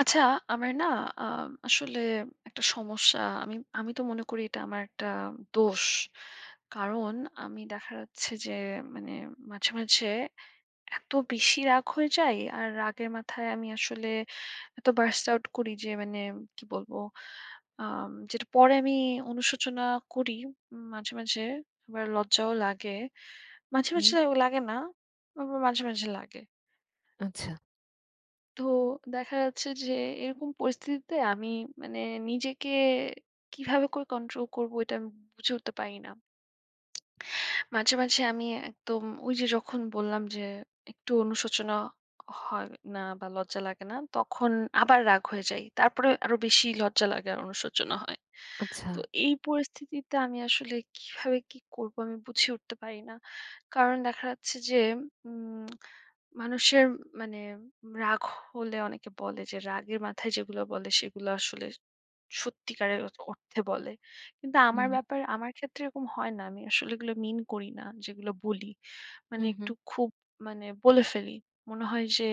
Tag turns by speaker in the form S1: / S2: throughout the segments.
S1: আচ্ছা, আমার না আ আসলে একটা সমস্যা। আমি আমি তো মনে করি এটা আমার একটা দোষ। কারণ আমি দেখা যাচ্ছে যে মানে মাঝে, মাঝে এত বেশি রাগ হয়ে যায় আর রাগের মাথায় আমি আসলে এত burst out করি যে মানে কি বলবো? যেটা পরে আমি অনুশোচনা করি মাঝে, মাঝে। আবার লজ্জাও লাগে। মাঝে, মাঝে
S2: হুম,
S1: লাগে না, আবার মাঝে, মাঝে লাগে।
S2: আচ্ছা,
S1: তো দেখা যাচ্ছে যে এরকম পরিস্থিতিতে আমি মানে নিজেকে কিভাবে করে কন্ট্রোল করব এটা আমি বুঝে উঠতে পারি না। মাঝে, মাঝে আমি একদম ওই যে যখন বললাম যে একটু অনুশোচনা হয় না বা লজ্জা লাগে না, তখন আবার রাগ হয়ে যাই। তারপরে আরো বেশি লজ্জা লাগে আর অনুশোচনা হয়।
S2: আচ্ছা।
S1: তো এই পরিস্থিতিতে আমি আসলে কিভাবে কি করব আমি বুঝে উঠতে পারি না। কারণ দেখা যাচ্ছে যে উম মানুষের মানে রাগ হলে অনেকে বলে যে রাগের মাথায় যেগুলো বলে সেগুলো আসলে সত্যিকারের অর্থে বলে। কিন্তু আমার
S2: হুম,
S1: ব্যাপার আমার ক্ষেত্রে এরকম হয় না। আমি আসলে এগুলো মিন করি না যেগুলো বলি। মানে
S2: হুম, হুম।
S1: একটু খুব মানে বলে ফেলি। মনে হয় যে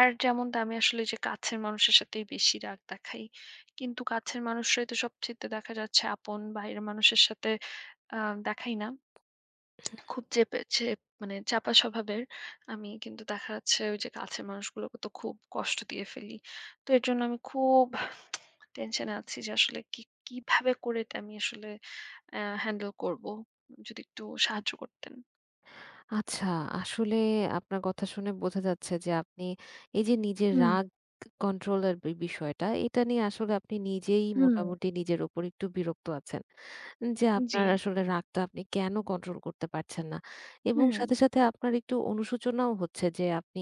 S1: আর যেমনটা আমি আসলে যে কাছের মানুষের সাথেই বেশি রাগ দেখাই। কিন্তু কাছের মানুষরাই তো সবচাইতে দেখা যাচ্ছে আপন। বাইরের মানুষের সাথে আ দেখাই না। খুব চেপে মানে চাপা স্বভাবের। আমি কিন্তু দেখা যাচ্ছে ওই যে কাছের মানুষগুলোকে তো খুব কষ্ট দিয়ে ফেলি। তো এর জন্য আমি খুব টেনশনে আছি যে আসলে কি কিভাবে করে এটা আমি আসলে আ হ্যান্ডেল করব। যদি একটু সাহায্য করতেন।
S2: আচ্ছা, আসলে আপনার কথা শুনে বোঝা যাচ্ছে যে আপনি এই যে নিজের
S1: হুম,
S2: রাগ কন্ট্রোল এর বিষয়টা, এটা নিয়ে আসলে আপনি নিজেই
S1: হুম।
S2: মোটামুটি নিজের উপর একটু বিরক্ত আছেন। যে
S1: জি।
S2: আপনার আসলে রাগটা আপনি কেন কন্ট্রোল করতে পারছেন না? এবং
S1: হুম,
S2: সাথে, সাথে আপনার একটু অনুশোচনাও হচ্ছে যে আপনি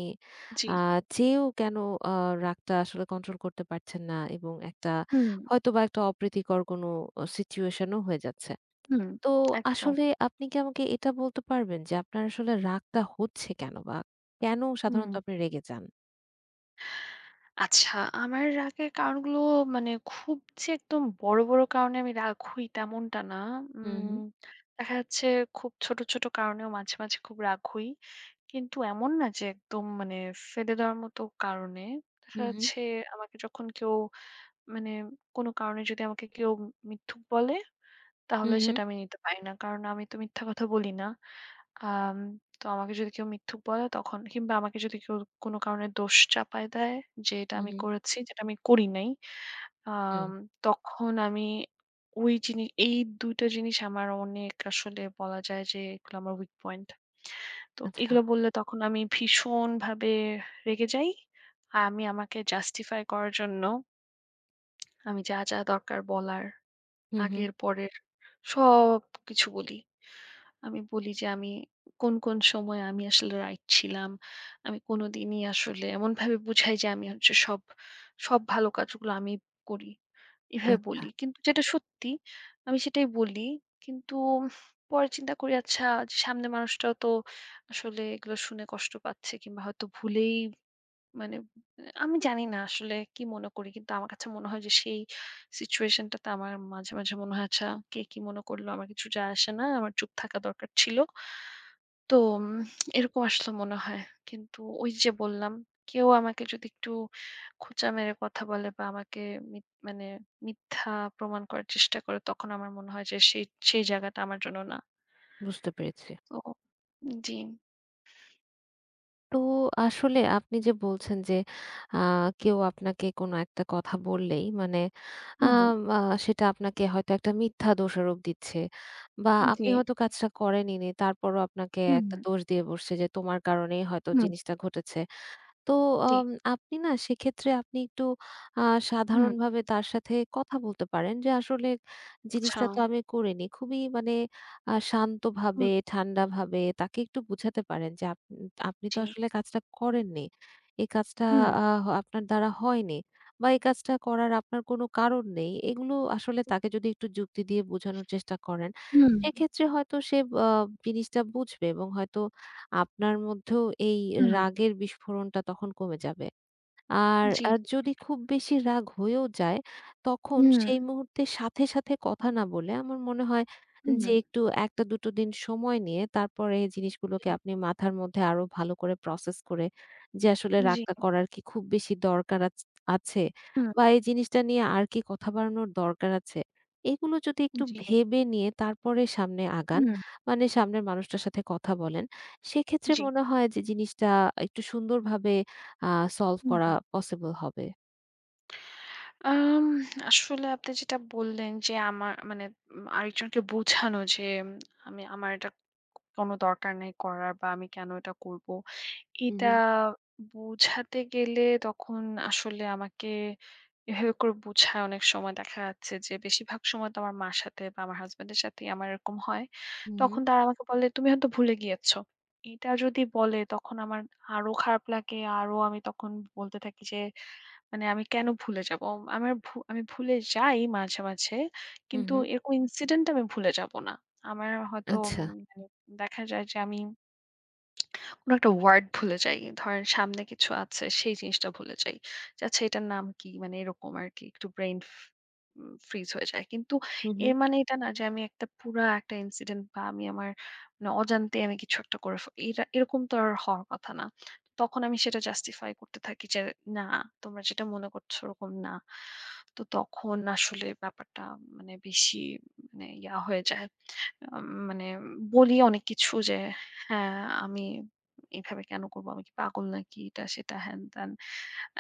S1: জি।
S2: আ চেয়েও কেন আ রাগটা আসলে কন্ট্রোল করতে পারছেন না, এবং একটা
S1: হুম,
S2: হয়তোবা একটা অপ্রীতিকর কোনো সিচুয়েশন ও হয়ে যাচ্ছে।
S1: হুম।
S2: তো
S1: একদম।
S2: আসলে আপনি কি আমাকে এটা বলতে পারবেন যে আপনার আসলে রাগটা হচ্ছে কেন? বা কেন সাধারণত
S1: হুম।
S2: আপনি রেগে যান?
S1: আচ্ছা, আমার রাগের কারণগুলো মানে খুব যে একদম বড়, বড় কারণে আমি রাগ হই তেমনটা না।
S2: হুম, হুম,
S1: উম দেখা যাচ্ছে খুব ছোট, ছোট কারণেও মাঝে, মাঝে খুব রাগ হই। কিন্তু এমন না যে একদম মানে ফেলে দেওয়ার মতো কারণে। দেখা
S2: হুম,
S1: যাচ্ছে আমাকে যখন কেউ মানে কোনো কারণে যদি আমাকে কেউ মিথ্যুক বলে, তাহলে
S2: হুম, হুম,
S1: সেটা আমি নিতে পারি না। কারণ আমি তো মিথ্যা কথা বলি না। আম তো আমাকে যদি কেউ মিথ্যুক বলে তখন কিংবা আমাকে যদি কেউ কোনো কারণে দোষ চাপায় দেয় যে এটা
S2: হুম,
S1: আমি
S2: হুম,
S1: করেছি, যেটা আমি করি নাই,
S2: হুম,
S1: আম তখন আমি ওই জিনি এই ২ টা জিনিস আমার অনেক আসলে বলা যায় যে এগুলো আমার weak point. তো
S2: আচ্ছা,
S1: এগুলো বললে তখন আমি ভীষণভাবে রেগে যাই। আর আমি আমাকে justify করার জন্য আমি যা, যা দরকার বলার
S2: হুম, হুম,
S1: আগের পরের সবকিছু বলি। আমি বলি যে আমি কোন, কোন সময় আমি আসলে রাইট ছিলাম। আমি কোনোদিনই আসলে এমনভাবে বুঝাই যে আমি হচ্ছে সব, সব ভালো কাজগুলো আমি করি। এভাবে
S2: আহ
S1: বলি। কিন্তু যেটা সত্যি আমি সেটাই বলি। কিন্তু পরে চিন্তা করি আচ্ছা সামনের মানুষটাও তো আসলে এগুলো শুনে কষ্ট পাচ্ছে কিংবা হয়তো ভুলেই মানে আমি জানি না আসলে কি মনে করি। কিন্তু আমার কাছে মনে হয় যে সেই সিচুয়েশন টাতে আমার মাঝে, মাঝে মনে হয় আচ্ছা কে কি মনে করলো আমার কিছু যায় আসে না। আমার চুপ থাকা দরকার ছিল। তো এরকম আসলে মনে হয়। কিন্তু ওই যে বললাম কেউ আমাকে যদি একটু খোঁচা মেরে কথা বলে বা আমাকে মি মানে মিথ্যা প্রমাণ করার চেষ্টা করে তখন আমার মনে হয় যে সেই, সেই জায়গাটা আমার জন্য না।
S2: বুঝতে পেরেছি।
S1: তো জি।
S2: তো আসলে আপনি যে বলছেন যে আ কেউ আপনাকে কোনো একটা কথা বললেই মানে
S1: হুম,
S2: আম আ সেটা আপনাকে হয়তো একটা মিথ্যা দোষারোপ দিচ্ছে, বা আপনি
S1: জি।
S2: হয়তো কাজটা করেনইনি তারপরও আপনাকে
S1: হুম,
S2: একটা দোষ দিয়ে বসছে যে তোমার কারণেই হয়তো
S1: হুম,
S2: জিনিসটা ঘটেছে। তো
S1: জি।
S2: আম আপনি না সেক্ষেত্রে আপনি একটু আ
S1: হুম,
S2: সাধারণভাবে তার সাথে কথা বলতে পারেন যে, "আসলে
S1: আচ্ছা।
S2: জিনিসটা তো আমি করিনি।" খুবই মানে শান্তভাবে,
S1: হুম,
S2: ঠান্ডাভাবে তাকে একটু বুঝাতে পারেন যে, "আপনি তো
S1: জি।
S2: আসলে কাজটা করেননি। এই কাজটা
S1: হুম,
S2: আ আপনার দ্বারা হয়নি, বা এই কাজটা করার আপনার কোনো কারণ নেই।" এগুলো আসলে তাকে যদি একটু যুক্তি দিয়ে বোঝানোর চেষ্টা করেন,
S1: হুম,
S2: সেক্ষেত্রে হয়তো সে আ জিনিসটা বুঝবে, এবং হয়তো আপনার মধ্যেও এই
S1: হুম,
S2: রাগের বিস্ফোরণটা তখন কমে যাবে। আর
S1: জি,
S2: আর যদি খুব বেশি রাগ হয়েও যায়, তখন
S1: হুম,
S2: সেই মুহূর্তে সাথে, সাথে কথা না বলে আমার মনে হয়
S1: হুম,
S2: যে একটু ১-২ দিন সময় নিয়ে তারপরে এই
S1: জি,
S2: জিনিসগুলোকে আপনি মাথার মধ্যে আরো ভালো করে প্রসেস করে, যে আসলে
S1: জি,
S2: রাগটা করার কি খুব বেশি দরকার আছে, বা
S1: হুম,
S2: এই জিনিসটা নিয়ে আর কি কথা বাড়ানোর দরকার আছে। এগুলো যদি একটু
S1: জি,
S2: ভেবে নিয়ে তারপরে সামনে আগান,
S1: হুম,
S2: মানে সামনের মানুষটার সাথে কথা বলেন, সেক্ষেত্রে
S1: জি,
S2: মনে হয় যে জিনিসটা একটু সুন্দরভাবে আ সলভ
S1: হুম।
S2: করা পসিবল হবে।
S1: আম আসলে আপনি যেটা বললেন যে আমার মানে আরেকজনকে বোঝানো যে আমি আমার এটা কোনো দরকার নেই করার বা আমি কেন এটা করব
S2: হু,
S1: এটা
S2: হু,
S1: বোঝাতে গেলে তখন আসলে আমাকে এভাবে করে বোঝায় অনেক সময় দেখা যাচ্ছে যে বেশিরভাগ সময় তো আমার মার সাথে বা আমার হাজবেন্ডের সাথে আমার এরকম হয়
S2: হু,
S1: তখন তারা আমাকে বলে তুমি হয়তো ভুলে গিয়েছো এটা যদি বলে তখন আমার আরো খারাপ লাগে আরো আমি তখন বলতে থাকি যে মানে আমি কেন ভুলে যাবো? আমার ভু আমি ভুলে যাই মাঝে, মাঝে।
S2: হু, হু,
S1: কিন্তু
S2: হু।
S1: এরকম ইনসিডেন্ট আমি ভুলে যাব না। আমার হয়তো
S2: আচ্ছা।
S1: মানে দেখা যায় যে আমি কোনো একটা ওয়ার্ড ভুলে যাই। ধরেন সামনে কিছু আছে সেই জিনিসটা ভুলে যাই। যে আচ্ছা এটার নাম কি? মানে এরকম আরকি একটু ব্রেইন ফ উম ফ্রিজ হয়ে যায়। কিন্তু
S2: হু, হু,
S1: এর মানে এটা না যে আমি একটা পুরা একটা ইনসিডেন্ট বা আমি আমার মানে অজান্তে আমি কিছু একটা করে ফে এটা এরকম তো আর হওয়ার কথা না। তখন আমি সেটা জাস্টিফাই করতে থাকি যে, "না, তোমরা যেটা মনে করছো ওরকম না।" তো তখন আসলে ব্যাপারটা মানে বেশি মানে ইয়া হয়ে যায়। মানে বলি অনেক কিছু যে, "হ্যাঁ, আমি" এভাবে কেন করব? আমি কি পাগল নাকি? এটা সেটা হ্যান-ত্যান।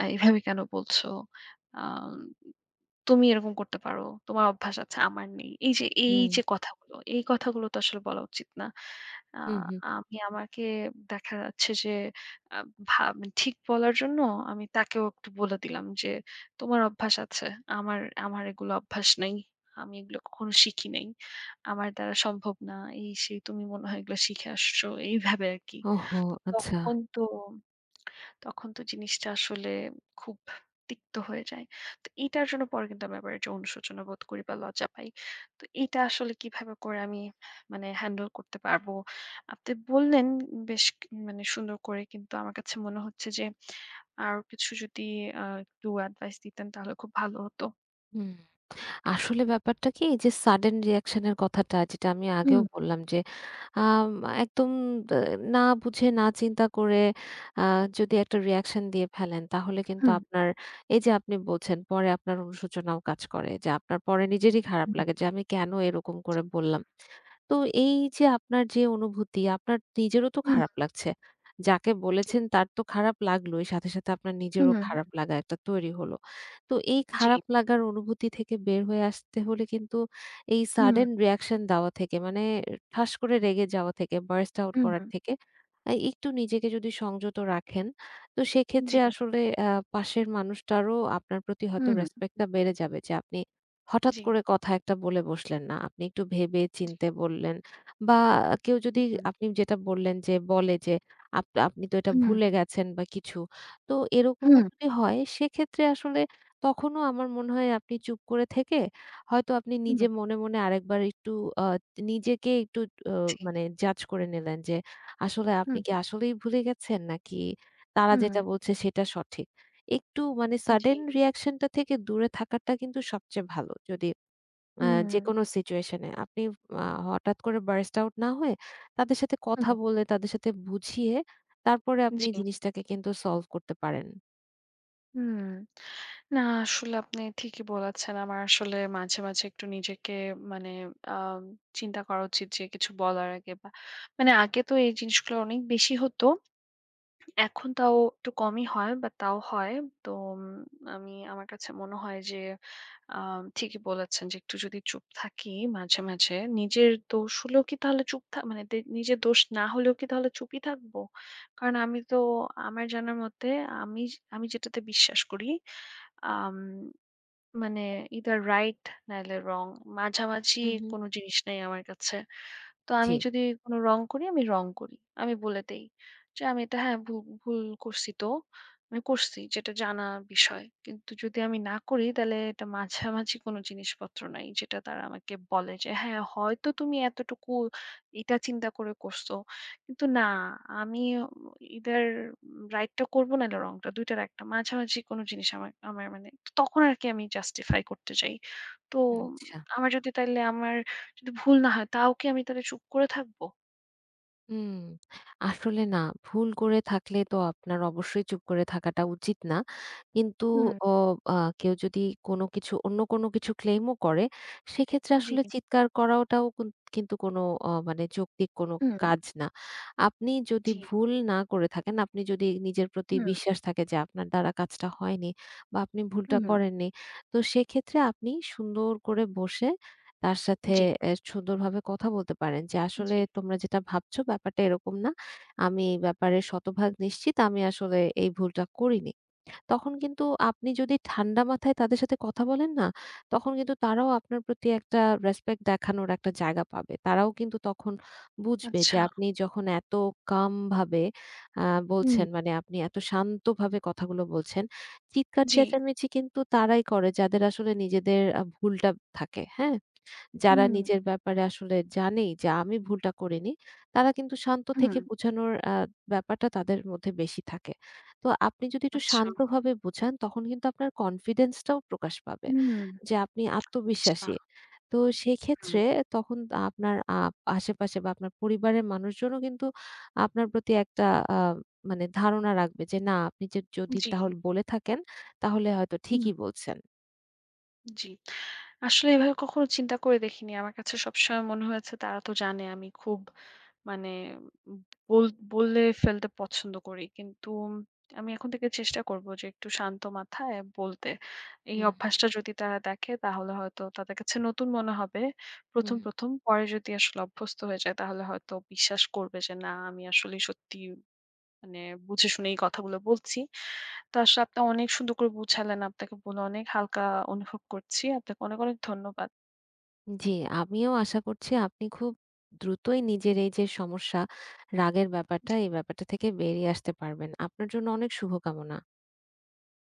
S1: এভাবে কেন বলছো? আম তুমি এরকম করতে পারো। তোমার অভ্যাস আছে, আমার নেই। এই যে, এই
S2: হুম,
S1: যে কথাগুলো, এই কথাগুলো তো আসলে বলা উচিত না। আ
S2: হু, হু।
S1: আমি আমাকে দেখা যাচ্ছে যে আ ভা ঠিক বলার জন্য আমি তাকেও একটু বলে দিলাম যে, "তোমার অভ্যাস আছে। আমার আমার এগুলো অভ্যাস নাই। আমি এগুলো কখনো শিখি নাই। আমার দ্বারা সম্ভব না। এই সেই তুমি মনে হয় এগুলো শিখে আসছো।" এইভাবে আরকি।
S2: ওহো!
S1: তো
S2: আচ্ছা।
S1: তখন তো তখন তো জিনিসটা আসলে খুব তিক্ত হয়ে যায়। তো এটার জন্য পরে কিন্তু আমি আবার যে অনুশোচনা বোধ করি বা লজ্জা পাই। তো এটা আসলে কিভাবে করে আমি মানে হ্যান্ডেল করতে পারবো? আপনি বললেন বেশ মানে সুন্দর করে কিন্তু আমার কাছে মনে হচ্ছে যে আরো কিছু যদি একটু অ্যাডভাইস দিতেন তাহলে খুব ভালো হতো।
S2: হুম। আসলে ব্যাপারটা কি, এই যে সাডেন রিঅ্যাকশন এর কথাটা যেটা আমি আগেও
S1: হুম,
S2: বললাম, যে আম একদম দা না বুঝে না চিন্তা করে আ যদি একটা রিঅ্যাকশন দিয়ে ফেলেন, তাহলে কিন্তু
S1: হুম,
S2: আপনার এই যে আপনি বলছেন পরে আপনার অনুশোচনাও কাজ করে, যে আপনার পরে নিজেরই খারাপ
S1: হুম,
S2: লাগে যে আমি কেন এরকম করে বললাম। তো এই যে আপনার যে অনুভূতি, আপনার নিজেরও তো
S1: হুম,
S2: খারাপ লাগছে। যাকে
S1: জি।
S2: বলেছেন তার তো খারাপ লাগলোই, সাথে, সাথে আপনার
S1: হুম,
S2: নিজেরও খারাপ লাগা একটা তৈরি হলো। তো এই
S1: জি।
S2: খারাপ লাগার অনুভূতি থেকে বের হয়ে আসতে হলে কিন্তু এই
S1: হুম,
S2: সাডেন রিঅ্যাকশন দেওয়া থেকে, মানে ঠাস করে রেগে যাওয়া থেকে, বার্স্ট আউট
S1: হুম,
S2: করার থেকে একটু নিজেকে যদি সংযত রাখেন, তো
S1: জি,
S2: সেক্ষেত্রে আসলে আ পাশের মানুষটারও আপনার প্রতি হয়তো
S1: হুম,
S2: রেসপেক্ট টা বেড়ে যাবে, যে আপনি হঠাৎ
S1: জি।
S2: করে কথা একটা বলে বসলেন না। আপনি একটু ভেবে চিন্তে বললেন। বা কেউ যদি,
S1: হুম,
S2: আপনি যেটা বললেন, যে বলে যে, আপনি তো এটা
S1: হুম,
S2: ভুলে গেছেন" বা কিছু। তো এরকমও
S1: হুম,
S2: যদি হয়, সেক্ষেত্রে আসলে তখনও আমার মনে হয় আপনি চুপ করে থেকে হয়তো আপনি
S1: হুম,
S2: নিজে
S1: হুম
S2: মনে, মনে আরেকবার একটু আ নিজেকে একটু অ
S1: জি।
S2: মানে জাজ করে নিলেন, যে আসলে আপনি
S1: হুম,
S2: কি আসলেই ভুলে গেছেন, নাকি তারা
S1: হুম।
S2: যেটা বলছে সেটা সঠিক। একটু মানে
S1: জি।
S2: sudden reaction টা থেকে দূরে থাকাটা কিন্তু সবচেয়ে ভালো। যদি আ
S1: হুম,
S2: যেকোনো সিচুয়েশন এ আপনি আ হঠাৎ করে burst out না হয়ে তাদের সাথে কথা
S1: হুম,
S2: বলে, তাদের সাথে বুঝিয়ে তারপরে আপনি
S1: জি।
S2: জিনিসটাকে কিন্তু সলভ করতে পারেন।
S1: হুম। না আসলে আপনি ঠিকই বলেছেন। আমার আসলে মাঝে, মাঝে একটু নিজেকে মানে আম চিন্তা করা উচিত যে কিছু বলার আগে বা মানে আগে তো এই জিনিসগুলো অনেক বেশি হতো। এখন তাও একটু কমই হয় বাট তাও হয়। তো উম আমার কাছে মনে হয় যে আ ঠিকই বলেছেন যে একটু যদি চুপ থাকি মাঝে, মাঝে নিজের দোষ হলেও কি তাহলে চুপ থা মানে নিজের দোষ না হলেও কি তাহলে চুপই থাকবো? কারণ আমি তো আমার জানার মতে আমি আমি যেটাতে বিশ্বাস করি আম মানে either right নাইলে wrong মাঝামাঝি
S2: হু, হু।
S1: কোনো জিনিস নাই আমার কাছে। তো
S2: জি,
S1: আমি যদি কোনো রং করি, আমি রং করি। আমি বলে দেই যে, "আমি এটা হ্যাঁ, ভুল ভুল করছি তো। আমি করছি যেটা জানা বিষয়। কিন্তু যদি আমি না করি তাহলে এটা মাঝামাঝি কোনো জিনিসপত্র নাই।" যেটা তারা আমাকে বলে যে, "হ্যাঁ, হয়তো তুমি এতটুকু এটা চিন্তা করে করছো। কিন্তু না, আমি either রাইটটা করব নাহলে রংটা। ২ টার ১ টা। মাঝামাঝি কোনো জিনিস আমার আমার মানে" তখন আরকি আমি justify করতে যাই। তো
S2: আচ্ছা।
S1: আমার যদি তাইলে আমার যদি ভুল না হয়, তাও কি আমি তাহলে চুপ করে থাকবো?
S2: হুম, আসলে না, ভুল করে থাকলে তো আপনার অবশ্যই চুপ করে থাকাটা উচিত না। কিন্তু
S1: হুম।
S2: অ আ কেউ যদি কোনো কিছু, অন্য কোনো কিছু ক্লেইমও করে, সেক্ষেত্রে
S1: জি,
S2: আসলে চিৎকার করাটাও কিন্তু কোনো মানে যৌক্তিক কোনো
S1: হুম,
S2: কাজ না। আপনি যদি
S1: জি।
S2: ভুল না করে থাকেন, আপনি যদি নিজের প্রতি
S1: হুম,
S2: বিশ্বাস থাকে যে আপনার দ্বারা কাজটা হয়নি বা আপনি ভুলটা
S1: হুম।
S2: করেননি, তো সেক্ষেত্রে আপনি সুন্দর করে বসে তার সাথে
S1: জি,
S2: সুন্দরভাবে কথা বলতে পারেন যে, "আসলে
S1: জি।
S2: তোমরা যেটা ভাবছো ব্যাপারটা এরকম না। আমি এই ব্যাপারে শতভাগ নিশ্চিত, আমি আসলে এই ভুলটা করিনি।" তখন কিন্তু আপনি যদি ঠান্ডা মাথায় তাদের সাথে কথা বলেন না, তখন কিন্তু তারাও আপনার প্রতি একটা রেসপেক্ট দেখানোর একটা জায়গা পাবে। তারাও কিন্তু তখন বুঝবে যে
S1: আচ্ছা।
S2: আপনি যখন এত কাম ভাবে আ
S1: হুম,
S2: বলছেন, মানে আপনি এত শান্তভাবে কথাগুলো বলছেন, চিৎকার
S1: জি।
S2: চেঁচামেচি কিন্তু তারাই করে যাদের আসলে নিজেদের ভুলটা থাকে। হ্যাঁ? যারা
S1: হুম,
S2: নিজের ব্যাপারে আসলে জানেই যে আমি ভুলটা করিনি, তারা কিন্তু শান্ত
S1: হুম,
S2: থেকে বোঝানোর ব্যাপারটা তাদের মধ্যে বেশি থাকে। তো আপনি যদি একটু
S1: আচ্ছা।
S2: শান্তভাবে বোঝান, তখন কিন্তু আপনার কনফিডেন্স টাও প্রকাশ পাবে।
S1: হুম,
S2: যে আপনি
S1: আচ্ছা।
S2: আত্মবিশ্বাসী। তো
S1: হুম,
S2: সেক্ষেত্রে তখন আপনার আশেপাশে বা আপনার পরিবারের মানুষজনও কিন্তু আপনার প্রতি একটা আ মানে ধারণা রাখবে, যে না আপনি যে যদি
S1: জি,
S2: তাহলে বলে থাকেন তাহলে হয়তো
S1: হুম।
S2: ঠিকই বলছেন।
S1: জি। আসলে এভাবে কখনো চিন্তা করে দেখিনি। আমার কাছে সবসময় মনে হয়েছে তারা তো জানে আমি খুব মানে বল বলে ফেলতে পছন্দ করি। কিন্তু আমি এখন থেকে চেষ্টা করব যে একটু শান্ত মাথায় বলতে। এই
S2: হুম,
S1: অভ্যাসটা যদি তারা দেখে তাহলে হয়তো তাদের কাছে নতুন মনে হবে ১ম,
S2: হুম।
S1: ১ম। পরে যদি আসলে অভ্যস্ত হয়ে যায় তাহলে হয়তো বিশ্বাস করবে যে না আমি আসলে সত্যি মানে বুঝে শুনে এই কথাগুলো বলছি। তো আসলে আপনি অনেক সুন্দর করে বুঝালেন। আপনাকে বলে অনেক হালকা অনুভব করছি। আপনাকে অনেক, অনেক ধন্যবাদ।
S2: জি, আমিও আশা করছি আপনি খুব দ্রুতই নিজের এই যে সমস্যা, রাগের ব্যাপারটা, এই ব্যাপারটা থেকে বেরিয়ে আসতে পারবেন। আপনার জন্য অনেক শুভকামনা।